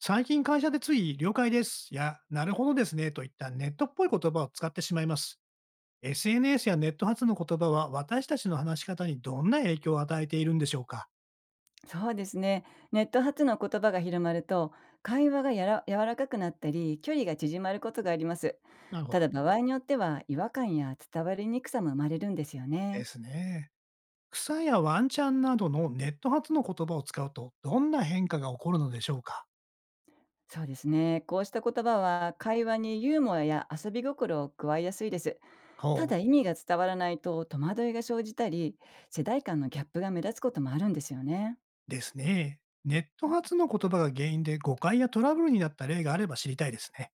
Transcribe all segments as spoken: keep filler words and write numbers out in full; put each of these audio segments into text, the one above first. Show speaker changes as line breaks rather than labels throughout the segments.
最近会社でつい了解ですや、なるほどですねといったネットっぽい言葉を使ってしまいます。エスエヌエス やネット発の言葉は私たちの話し方にどんな影響を与えているんでしょうか？
そうですね。ネット発の言葉が広まると、会話がやら柔らかくなったり、距離が縮まることがあります。
なるほ
た
ど。
だ、場合によっては、違和感や伝わりにくさも生まれるんですよ
で
ね。
すね。草やワンちゃんなどのネット発の言葉を使うとどんな変化が起こるのでしょうか？
そうですね。こうした言葉は、会話にユーモアや遊び心を加えやすいです。
ほ
ただ、
う。
意味が伝わらないと、戸惑いが生じたり、世代間のギャップが目立つこともあるんですよね。
ですね。ネット発の言葉が原因で誤解やトラブルになった例があれば知りたいですね。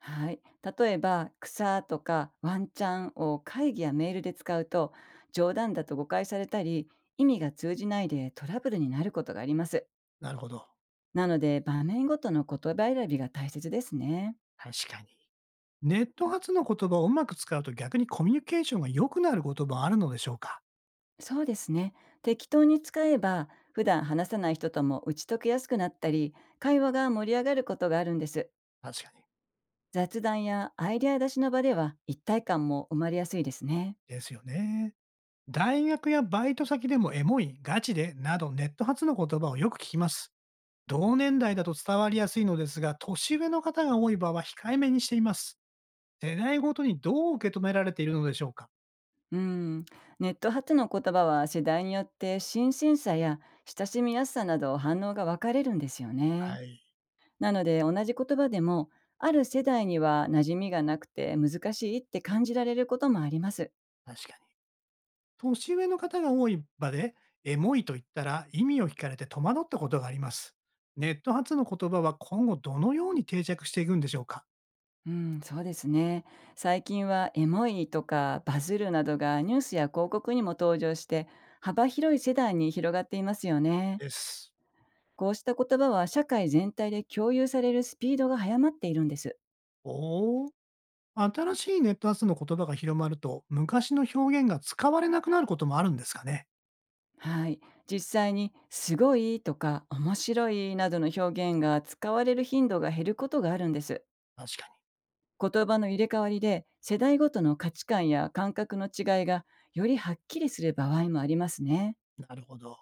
はい。例えば、草とかワンチャンを会議やメールで使うと、冗談だと誤解されたり、意味が通じないでトラブルになることがあります。
なるほど。
なので、場面ごとの言葉選びが大切ですね。
確かに。ネット発の言葉をうまく使うと逆にコミュニケーションが良くなることもあるのでしょうか？
そうですね。適当に使えば、普段話さない人とも打ち解けやすくなったり、会話が盛り上がることがあるんです。
確かに。
雑談やアイデア出しの場では、一体感も生まれやすいですね。
ですよね。大学やバイト先でもエモい、ガチでなどネット発の言葉をよく聞きます。同年代だと伝わりやすいのですが、年上の方が多い場合は控えめにしています。世代ごとにどう受け止められているのでしょうか？
うん、ネット発の言葉は世代によって新鮮さや親しみやすさなど反応が分かれるんですよね。
はい。
なので同じ言葉でもある世代には馴染みがなくて難しいって感じられることもあります。
確かに。年上の方が多い場で、エモいと言ったら意味を聞かれて戸惑ったことがあります。ネット発の言葉は今後どのように定着していくんでしょうか？
うん、そうですね。最近はエモいとかバズるなどがニュースや広告にも登場して幅広い世代に広がっていますよね。
です。
こうした言葉は社会全体で共有されるスピードが早まっているんです。
おお。新しいネット発の言葉が広まると、昔の表現が使われなくなることもあるんですかね？
はい、実際に「すごい」とか「面白い」などの表現が使われる頻度が減ることがあるんです。
確か
言葉の入れ替わりで世代ごとの価値観や感覚の違いがよりはっきりする場合もありますね。
に。なるほど。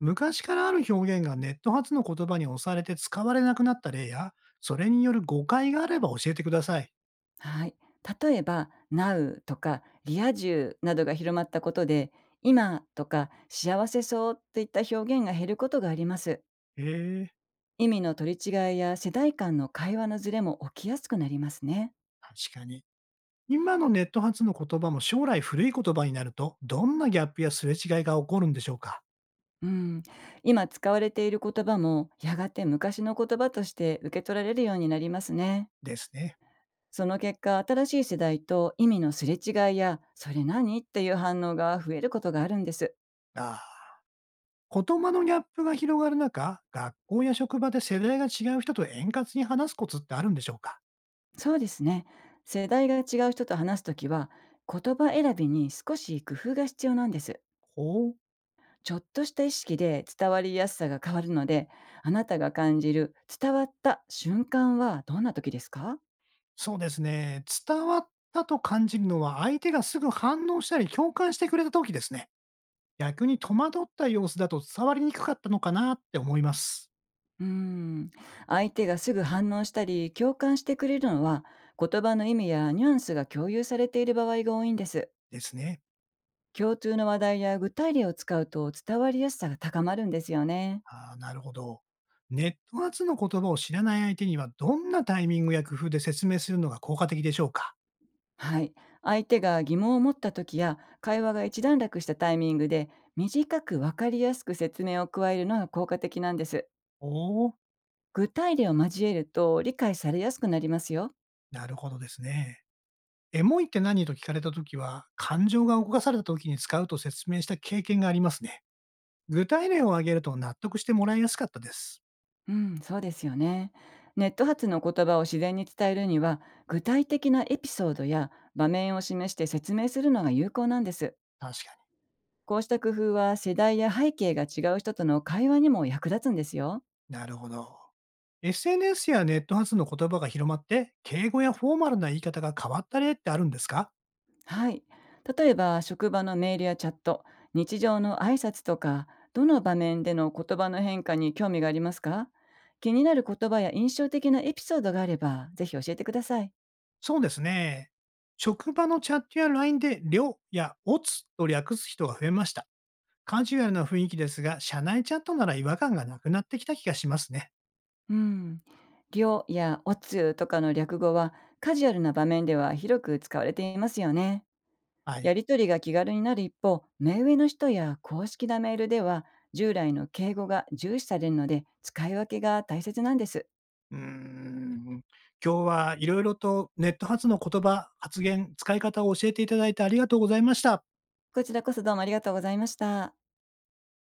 昔からある表現がネット発の言葉に押されて使われなくなった例や、それによる誤解があれば教えてください。
はい、例えば「ナウ」とか「リア充」などが広まったことで「今」とか「幸せそう」といった表現が減ることがあります。
へえ、
意味の取り違いや世代間の会話のズレも起きやすくなりますね。
確かに。今のネット発の言葉も将来古い言葉になると、どんなギャップやすれ違いが起こるんでしょうか？
うん、今使われている言葉もやがて昔の言葉として受け取られるようになりますね。
ですね。
その結果、新しい世代と意味のすれ違いや、それ何っていう反応が増えることがあるんです。
ああ。言葉のギャップが広がる中、学校や職場で世代が違う人と円滑に話すコツってあるんでしょうか？
そうですね。世代が違う人と話すときは、言葉選びに少し工夫が必要なんです。
ほう。
ちょっとした意識で伝わりやすさが変わるので、あなたが感じる伝わった瞬間はどんな時ですか？
そうですね。伝わったと感じるのは、相手がすぐ反応したり共感してくれた時ですね。逆に戸惑った様子だと伝わりにくかったのかなって思います。
うーん、相手がすぐ反応したり共感してくれるのは言葉の意味やニュアンスが共有されている場合が多いんです。
ですね。
共通の話題や具体例を使うと伝わりやすさが高まるんですよね。
ああ、なるほど。ネット発の言葉を知らない相手には、どんなタイミングや工夫で説明するのが効果的でしょうか？
はい、相手が疑問を持った時や会話が一段落したタイミングで短く分かりやすく説明を加えるのが効果的なんです。
おおー、
具体例を交えると理解されやすくなりますよ。
なるほどですね。エモいって何と聞かれたときは、感情が動かされたときに使うと説明した経験がありますね。具体例を挙げると納得してもらいやすかったです。
うん、そうですよね。ネット発の言葉を自然に伝えるには、具体的なエピソードや場面を示して説明するのが有効なんです。
確か
こうした工夫は世代や背景が違う人との会話にも役立つんですよ。
に。なるほど。エスエヌエス やネット発の言葉が広まって、敬語やフォーマルな言い方が変わった例ってあるんですか？
はい。例えば、職場のメールやチャット、日常の挨拶とか、どの場面での言葉の変化に興味がありますか？気になる言葉や印象的なエピソードがあれば、ぜひ教えてください。
そうですね。職場のチャットや ライン で、りょやおつと略す人が増えました。カジュアルな雰囲気ですが、社内チャットなら違和感がなくなってきた気がしますね。
うん。量やおつゆとかの略語はカジュアルな場面では広く使われていますよね。
は
や
い。
りとりが気軽になる一方、目上の人や公式なメールでは従来の敬語が重視されるので使い分けが大切なんです。
うーん。今日はいろいろとネット発の言葉、発言、使い方を教えていただいてありがとうございました。
こちらこそどうもありがとうございました。